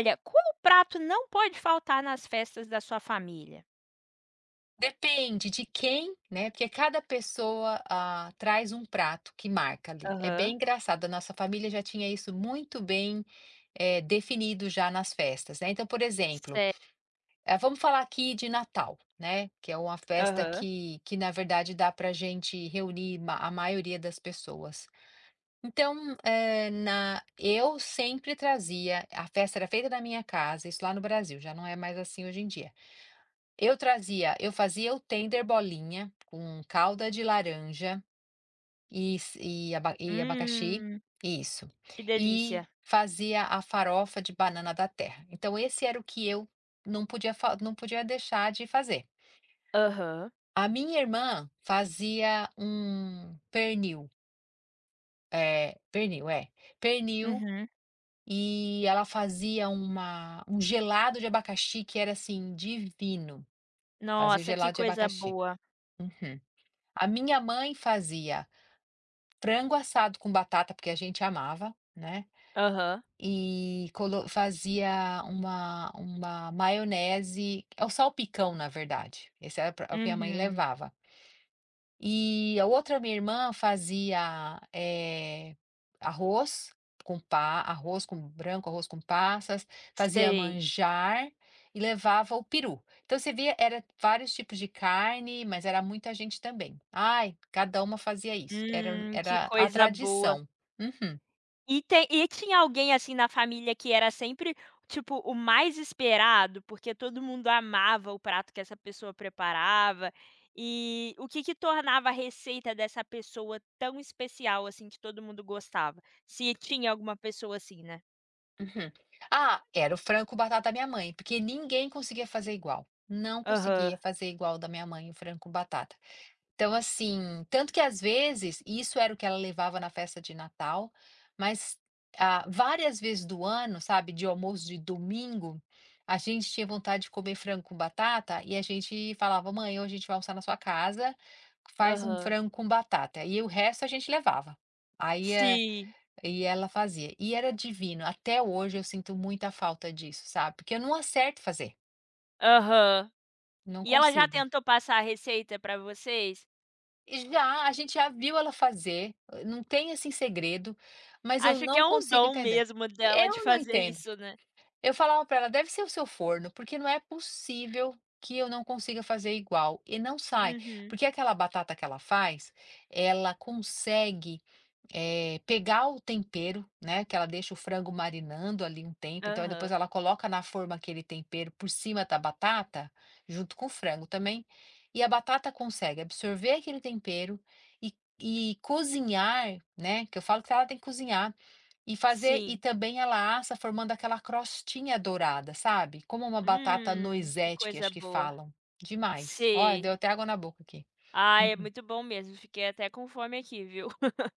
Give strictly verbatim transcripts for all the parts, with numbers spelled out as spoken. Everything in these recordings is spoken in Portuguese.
Olha, qual prato não pode faltar nas festas da sua família? Depende de quem, né, porque cada pessoa, ah, traz um prato que marca ali. É bem Aham. engraçado, a nossa família já tinha isso muito bem, eh, definido já nas festas, né. Então, por exemplo, Certo. eh, vamos falar aqui de Natal, né, que é uma festa Aham. que que na verdade dá pra gente reunir ma a maioria das pessoas. Então, eh, na eu sempre trazia a festa era feita na minha casa, isso lá no Brasil, já não é mais assim hoje em dia. Eu trazia eu fazia o tender bolinha com calda de laranja e s e aba e abacaxi Hum, isso. que delícia. E fazia a farofa de banana da terra. Então esse era o que eu não podia fa não podia deixar de fazer. Aham. A minha irmã fazia um pernil, é pernil, é, pernil Uhum. e ela fazia uma um gelado de abacaxi que era, assim, divino. Fazia o Nossa, que gelado de coisa abacaxi. boa. Uhum. A minha mãe fazia frango assado com batata, porque a gente amava, né, Aham. e colo fazia uma uma maionese, é o salpicão, na verdade, esse era pra o que a minha mãe Uhum. levava. E a outra minha irmã fazia, eh, arroz com pa arroz com branco, arroz com passas, fazia Sei. manjar e levava o peru. Então você via, era vários tipos de carne, mas era muita gente também. Ai, cada uma fazia isso, era Hum, que era a coisa boa. tradição. Uhum, E tem e tinha alguém, assim, na família que era sempre, tipo, o mais esperado? Porque todo mundo amava o prato que essa pessoa preparava. E o que que tornava a receita dessa pessoa tão especial, assim, que todo mundo gostava? Se tinha alguma pessoa assim, né? uhum. Ah, era o frango com batata da minha mãe, porque ninguém conseguia fazer igual, não conseguia Aham, fazer igual da minha mãe, o frango com batata. Então, assim, tanto que às vezes, isso era o que ela levava na festa de Natal, mas, ah, várias vezes do ano, sabe, de almoço de domingo, a gente tinha vontade de comer frango com batata e a gente falava: "Mãe, hoje a gente vai almoçar na sua casa, faz um aham. frango com batata", e o resto a gente levava. Aí, eh, Sim, e ela fazia. E era divino, até hoje eu sinto muita falta disso, sabe, porque eu não acerto fazer, aham. não E ela já consigo. tentou passar a receita pra vocês? Já, a gente já viu ela fazer, eh, não tem, assim, segredo, mas eu Acho que não é um consigo dom entender. mesmo dela de Eu não fazer entendo. isso, né? Eu falava para ela: "Deve ser o seu forno, porque não é possível que eu não consiga fazer igual", e não sai. Uhum, Porque aquela batata que ela faz, ela consegue eh, pegar o tempero, né, que ela deixa o frango marinando ali um tempo, então aí depois aham, ela coloca na forma aquele tempero por cima da batata, junto com o frango também, e a batata consegue absorver aquele tempero e e cozinhar, né, que eu falo que ela tem que cozinhar, e fazer e sim. também ela assa formando aquela crostinha dourada, sabe, como uma batata Hum, que noisette que coisa acho que boa. falam. Demais. Olha, deu Sei. até água na boca aqui. Ah, é Uhum. muito bom mesmo, fiquei até com fome aqui, viu.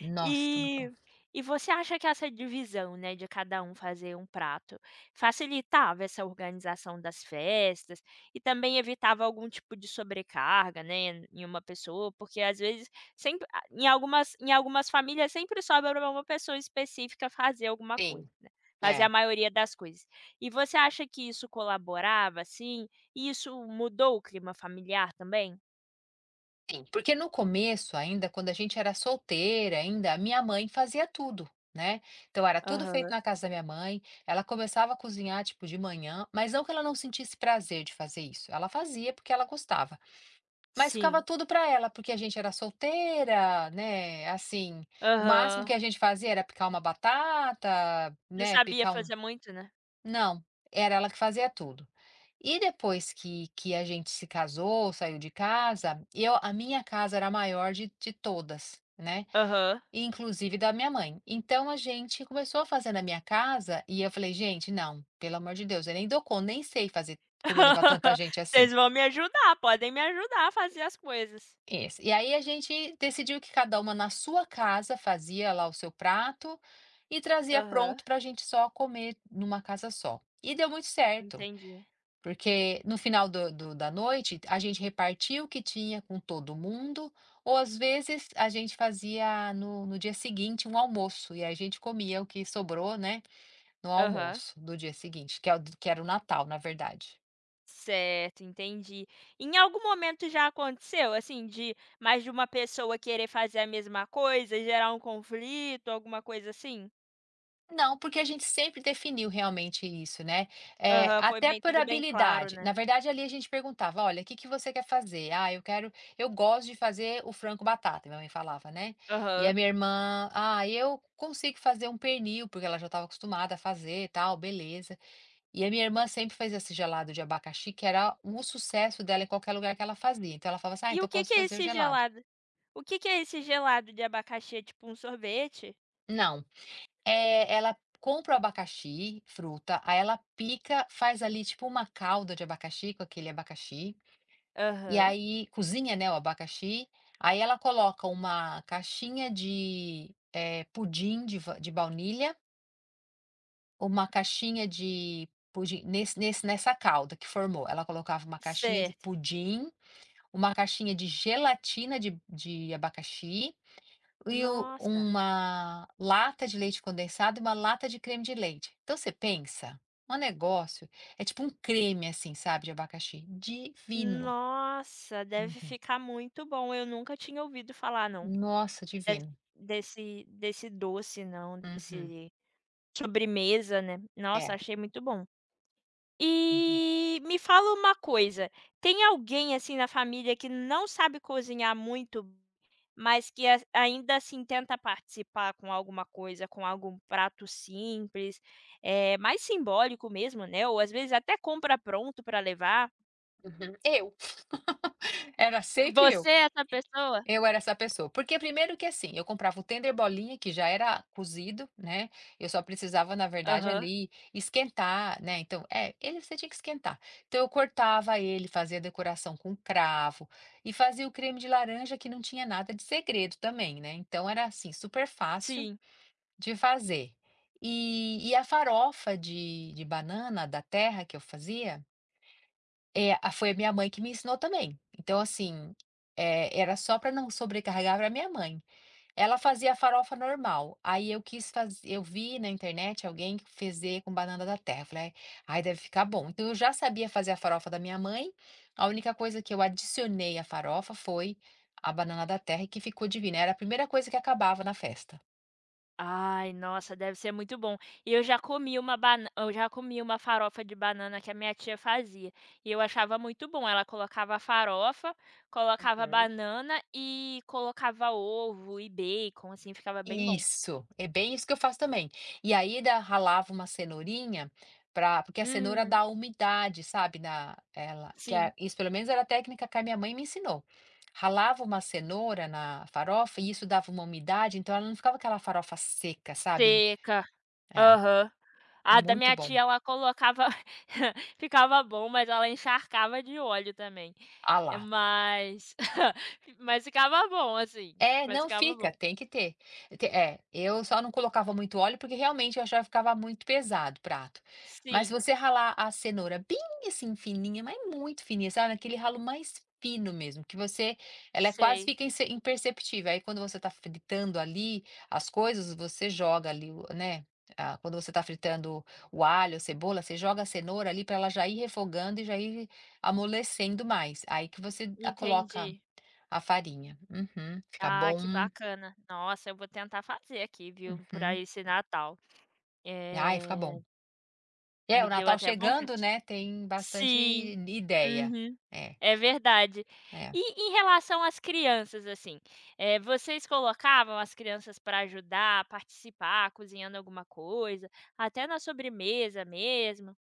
Nossa, tá muito bom. E e você acha que essa divisão, né, de cada um fazer um prato, facilitava essa organização das festas e também evitava algum tipo de sobrecarga, né, em uma pessoa? Porque às vezes sempre a em algumas em algumas famílias sempre sobra pra uma pessoa específica fazer alguma coisa, Sim, né, fazer a é. maioria das coisas. E você acha que isso colaborava, assim? E isso mudou o clima familiar também? Sim, porque no começo ainda, quando a gente era solteira ainda, a minha mãe fazia tudo, né. Então era tudo feito Aham. na casa da minha mãe, ela começava a cozinhar, tipo, de manhã, mas não que ela não sentisse prazer de fazer isso, ela fazia porque ela gostava, mas ficava Sim. tudo para ela, porque a gente era solteira, né, assim, o máximo Aham. que a gente fazia era picar uma batata, Não né, sabia picar um fazer muito, né? não, era ela que fazia tudo. E depois que que a gente se casou, saiu de casa, eu a minha casa era a maior de de todas, né, Aham. inclusive da minha mãe. Então a gente começou a fazer na minha casa e eu falei: "Gente, não, pelo amor de Deus, eu nem dou conta, nem sei fazer comida para tanta gente assim". Vocês vão me ajudar, podem me ajudar a fazer as coisas. Isso. E aí a gente decidiu que cada uma na sua casa fazia lá o seu prato e trazia Aham, pronto para a gente só comer numa casa só. E deu muito certo. entendi. Porque no final do do da noite, a gente repartia o que tinha com todo mundo, ou às vezes a gente fazia no no dia seguinte um almoço, e a gente comia o que sobrou, né, no Aham. almoço do dia seguinte, que é o que era o Natal, na verdade. Certo, entendi. Em algum momento já aconteceu, assim, de mais de uma pessoa querer fazer a mesma coisa gerar um conflito, alguma coisa assim? Não, porque a gente sempre definiu realmente isso, né. Eh, Aham, foi Até bem por tudo bem claro, habilidade. Na né. verdade, ali a gente perguntava: "Olha, o que que você quer fazer?". "Ah, eu quero eu gosto de fazer o frango batata", minha mãe falava, né. E a Aham. minha irmã: "Ah, eu consigo fazer um pernil", porque ela já estava acostumada a fazer e tal, beleza. E a minha irmã sempre fazia esse gelado de abacaxi, que era um sucesso dela em qualquer lugar que ela fazia. Então ela falava assim: "Ah, E então o eu que posso que é trazer o esse gelado". gelado o que que é esse gelado de abacaxi? É tipo um sorvete? Não. É, ela compra o abacaxi, fruta, aí ela pica, faz ali tipo uma calda de abacaxi com aquele abacaxi, e Aham, aí cozinha, né, o abacaxi, aí ela coloca uma caixinha de, eh, pudim de va de baunilha, uma caixinha de pudim nesse nesse nessa calda que formou, ela colocava uma caixinha de certo. pudim, uma caixinha de gelatina de de abacaxi, e o- Nossa. uma lata de leite condensado e uma lata de creme de leite. Então você pensa, um negócio é tipo um creme assim, sabe, de abacaxi, divino. Nossa, deve Uhum. ficar muito bom. Eu nunca tinha ouvido falar não, Nossa, des divino. desse desse doce não, Uhum. desse sobremesa, né. Nossa, É. achei muito bom. Uhum. E me fala uma coisa, tem alguém, assim, na família que não sabe cozinhar muito, mas que a ainda assim tenta participar com alguma coisa, com algum prato simples, é mais simbólico mesmo, né, ou às vezes até compra pronto para levar. Uhum. Eu, era sempre eu. Você é essa pessoa? Eu era essa pessoa, porque primeiro que assim, eu comprava o tender bolinha que já era cozido, né, eu só precisava na verdade Aham. ali esquentar, né, então é, ele você tinha que esquentar. Então eu cortava ele, fazia decoração com cravo e fazia o creme de laranja que não tinha nada de segredo também, né, então era assim, super fácil Sim. de fazer. E e a farofa de de banana da terra que eu fazia, é, a foi a minha mãe que me ensinou também. Então, assim, eh, era só para não sobrecarregar pra minha mãe. Ela fazia farofa normal, aí eu quis fazer eu vi na internet alguém que fazer com banana da terra, eu falei: "Ai, deve ficar bom". Então eu já sabia fazer a farofa da minha mãe, a única coisa que eu adicionei à farofa foi a banana da terra e que ficou divina, era a primeira coisa que acabava na festa. Ai, nossa, deve ser muito bom. E eu já comi uma bana eu já comi uma farofa de banana que a minha tia fazia, e eu achava muito bom. Ela colocava a farofa, colocava a Uhum. banana e colocava ovo e bacon, assim, ficava bem bom. Isso, é bem isso que eu faço também. E aí da ralava uma cenourinha para porque a cenoura Hum, dá umidade, sabe, na ela que a sim. isso pelo menos era a técnica que a minha mãe me ensinou. Ralava uma cenoura na farofa e isso dava uma umidade, então ela não ficava aquela farofa seca, sabe. Seca. É, Aham. A da muito minha bom. tia ela colocava ficava bom, mas ela encharcava de óleo também. Ah É, lá. mas mas ficava bom, assim, É, mas não ficava fica, bom. tem que ter. Te é, eu só não colocava muito óleo, porque realmente eu achava que ficava muito pesado o prato. Mas se Sim, você ralar a cenoura bem, assim, fininha, mas muito fininha, sabe, aquele ralo mais fino mesmo, que você ela é quase sei, fica inse imperceptível, aí quando você tá fritando ali as coisas, você joga ali o né, ah, quando você tá fritando o alho, a cebola, você joga a cenoura ali para ela já ir refogando e já ir amolecendo mais, aí que você a entendi. coloca a farinha. Uhum. Fica Ah, que bom. bacana. Nossa, eu vou tentar fazer aqui, viu, para Uhum. esse Natal. Ai, fica Eh, bom. É, o me deu Natal até chegando, vontade. né, tem bastante Sim, ideia. uhum, É, é verdade. é. E em relação às crianças, assim, eh, vocês colocavam as crianças para ajudar, participar, cozinhando alguma coisa, até na sobremesa mesmo,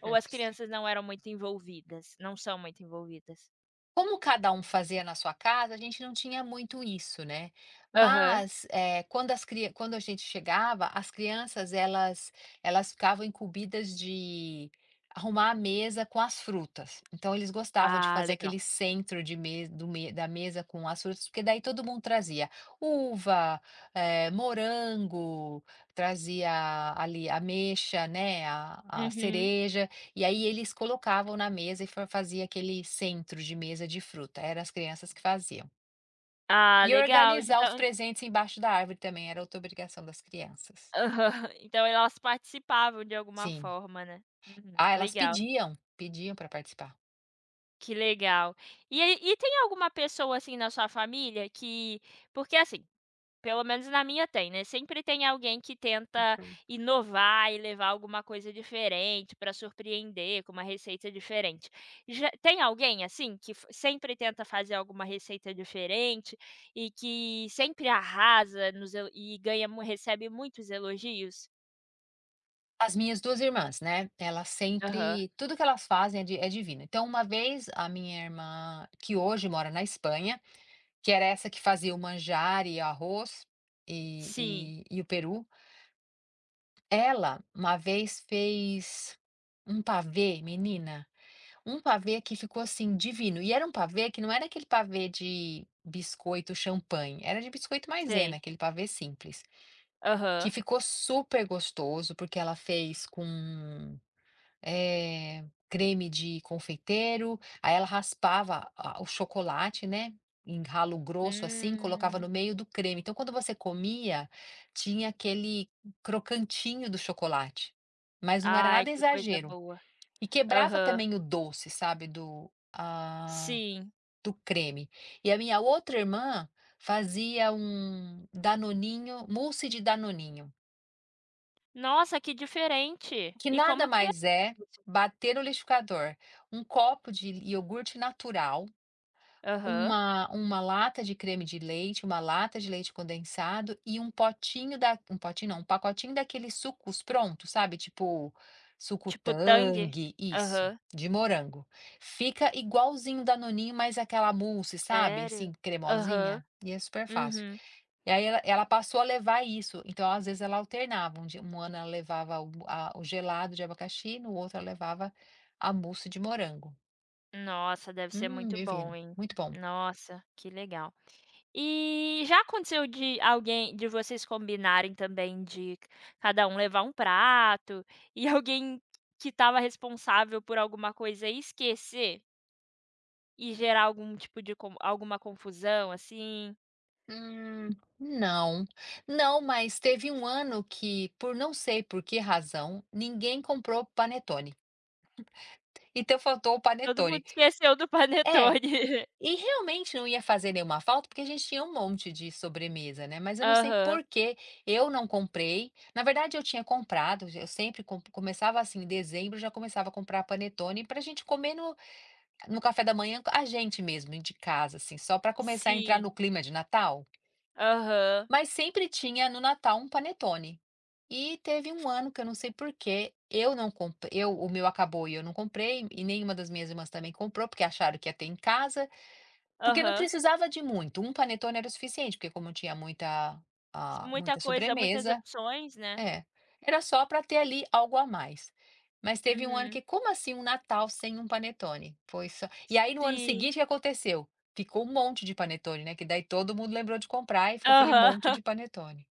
ou as crianças não eram muito envolvidas? Não são muito envolvidas? Como cada um fazia na sua casa, a gente não tinha muito isso, né. Aham. Mas, eh, quando as cri quando a gente chegava, as crianças elas elas ficavam incumbidas de arrumar a mesa com as frutas. Então eles gostavam de Ah, fazer legal. aquele centro de me do me da mesa com as frutas, porque daí todo mundo trazia uva, eh, morango, trazia ali ameixa, né, a a Uhum. cereja. E aí eles colocavam na mesa e fa fazia aquele centro de mesa de fruta, eram as crianças que faziam. Ah, E legal. organizar os Então presentes embaixo da árvore também era outra obrigação das crianças. aham. Então elas participavam de alguma Sim. forma, né. Uhum, Ah, elas legal. pediam, pediam para participar. Que legal. E aí e tem alguma pessoa, assim, na sua família que porque, assim, pelo menos na minha tem, né, sempre tem alguém que tenta Uhum. inovar e levar alguma coisa diferente para surpreender com uma receita diferente. Já tem alguém, assim, que f sempre tenta fazer alguma receita diferente e que sempre arrasa nos el e ganha mu recebe muitos elogios? As minhas duas irmãs, né, elas Aham. sempre tudo que elas fazem é di é divino. Então uma vez a minha irmã, que hoje mora na Espanha, que era essa que fazia o manjar e o arroz, e Sim, e e o peru. Ela uma vez fez um pavê, menina, um pavê que ficou, assim, divino. E era um pavê que não era aquele pavê de biscoito champanhe, era de biscoito maisena, sei. aquele pavê simples, que Aham. ficou super gostoso, porque ela fez com eh, creme de confeiteiro, aí ela raspava a o chocolate, né, em ralo grosso, assim, colocava Hum. no meio do creme. Então, quando você comia, tinha aquele crocantinho do chocolate, mas não era Ai, nada que coisa exagero. boa. E quebrava Aham. também o doce, sabe, do ah, Sim. do creme. E a minha outra irmã fazia um danoninho, mousse de danoninho. Nossa, que diferente. Que E nada como que é mais é isso? bater o liquidificador, um copo de iogurte natural, Aham. uma uma lata de creme de leite, uma lata de leite condensado e um potinho da um potinho não, um pacotinho daqueles sucos prontos, sabe, tipo suco Tipo tangue? Tang, isso, Aham. de morango. Fica igualzinho da Danoninho, mas aquela mousse, sabe, Sério? assim Aham. cremosinha, e é super fácil. Uhum. E aí ela ela passou a levar isso, então às vezes ela alternava, um dia um ano ela levava o a o gelado de abacaxi, no outro ela levava a mousse de morango. Nossa, deve ser Hum, muito bom, divino, hein. muito bom. Nossa, que legal. E já aconteceu de alguém de vocês combinarem também de cada um levar um prato e alguém que estava responsável por alguma coisa esquecer e gerar algum tipo de con alguma confusão, assim? "Hum, não, não, mas teve um ano que, por não sei por que razão, ninguém comprou panetone, então faltou o Todo panetone. mundo esqueceu do É. panetone. E realmente não ia fazer nenhuma falta, porque a gente tinha um monte de sobremesa, né, mas eu não sei Aham. por que eu não comprei. Na verdade eu tinha comprado, eu sempre com começava assim, em dezembro já começava a comprar panetone para a gente comer no no café da manhã, a gente mesmo de casa, assim, só para começar a entrar Sim. no clima de Natal. Aham. Mas sempre tinha no Natal um panetone. E teve um ano que eu não sei por que eu não comprei. Eu O meu acabou e eu não comprei, e nenhuma das minhas irmãs também comprou, porque acharam que ia ter em casa. Porque não Aham. precisava de muito, um panetone era o suficiente, porque como tinha muita, ah, Muita muita coisa, muitas sobremesa opções, né. é, era só para ter ali algo a mais. Mas teve um ano que Uhum. como assim um Natal sem um panetone? Foi só e aí no ano Sim. seguinte o que aconteceu? Ficou um monte de panetone, né, que daí todo mundo lembrou de comprar e ficou aquele Aham. monte de panetone.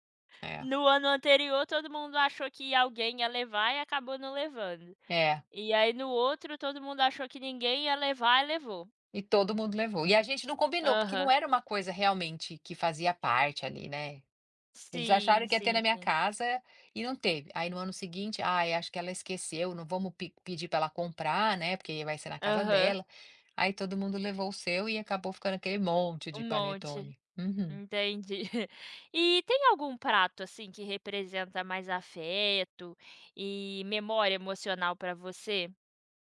É, No ano anterior todo mundo achou que alguém ia levar e acabou não levando. é, E aí no outro todo mundo achou que ninguém ia levar e levou. e todo mundo levou. E a gente não combinou, porque não Aham. era uma coisa realmente que fazia parte ali, né. Eles acharam Sim, que ia ter na sim, minha sim. casa e não teve. Aí no ano seguinte, "Ai, acho que ela esqueceu, não vamos pe pedir para ela comprar, né, porque aí vai ser na casa Aham. dela". Aí todo mundo levou o seu e acabou ficando aquele monte Um de monte. panetone. Uhum. Entendi. E tem algum prato, assim, que representa mais afeto e memória emocional pra você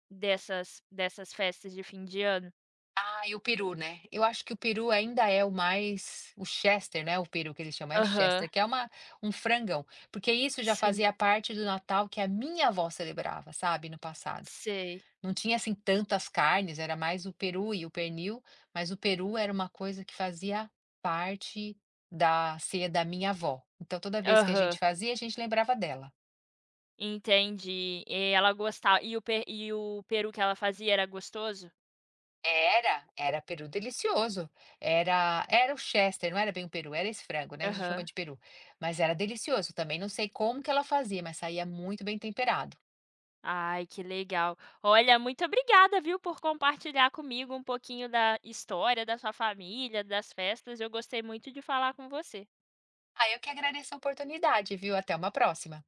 dessas dessas festas de fim de ano? Ah, e o peru, né. Eu acho que o peru ainda é o mais o chester, né, o peru que eles chamam, é Aham. chester, que é uma um frangão, porque isso já Sim, fazia parte do Natal que a minha avó celebrava, sabe, no passado. sei. Não tinha, assim, tantas carnes, era mais o peru e o pernil, mas o peru era uma coisa que fazia parte da ceia da minha avó. Então toda vez que a gente Aham. fazia, a gente lembrava dela. Entendi. E ela gostava e o pe e o peru que ela fazia era gostoso? Era, era peru delicioso, era era o chester, não era bem o peru, era esse frango, né, que a gente chama Aham. de peru, mas era delicioso também, não sei como que ela fazia, mas saía muito bem temperado. Ai, que legal. Olha, muito obrigada, viu, por compartilhar comigo um pouquinho da história da sua família, das festas. Eu gostei muito de falar com você. Aí eu que agradeço a oportunidade, viu, até uma próxima.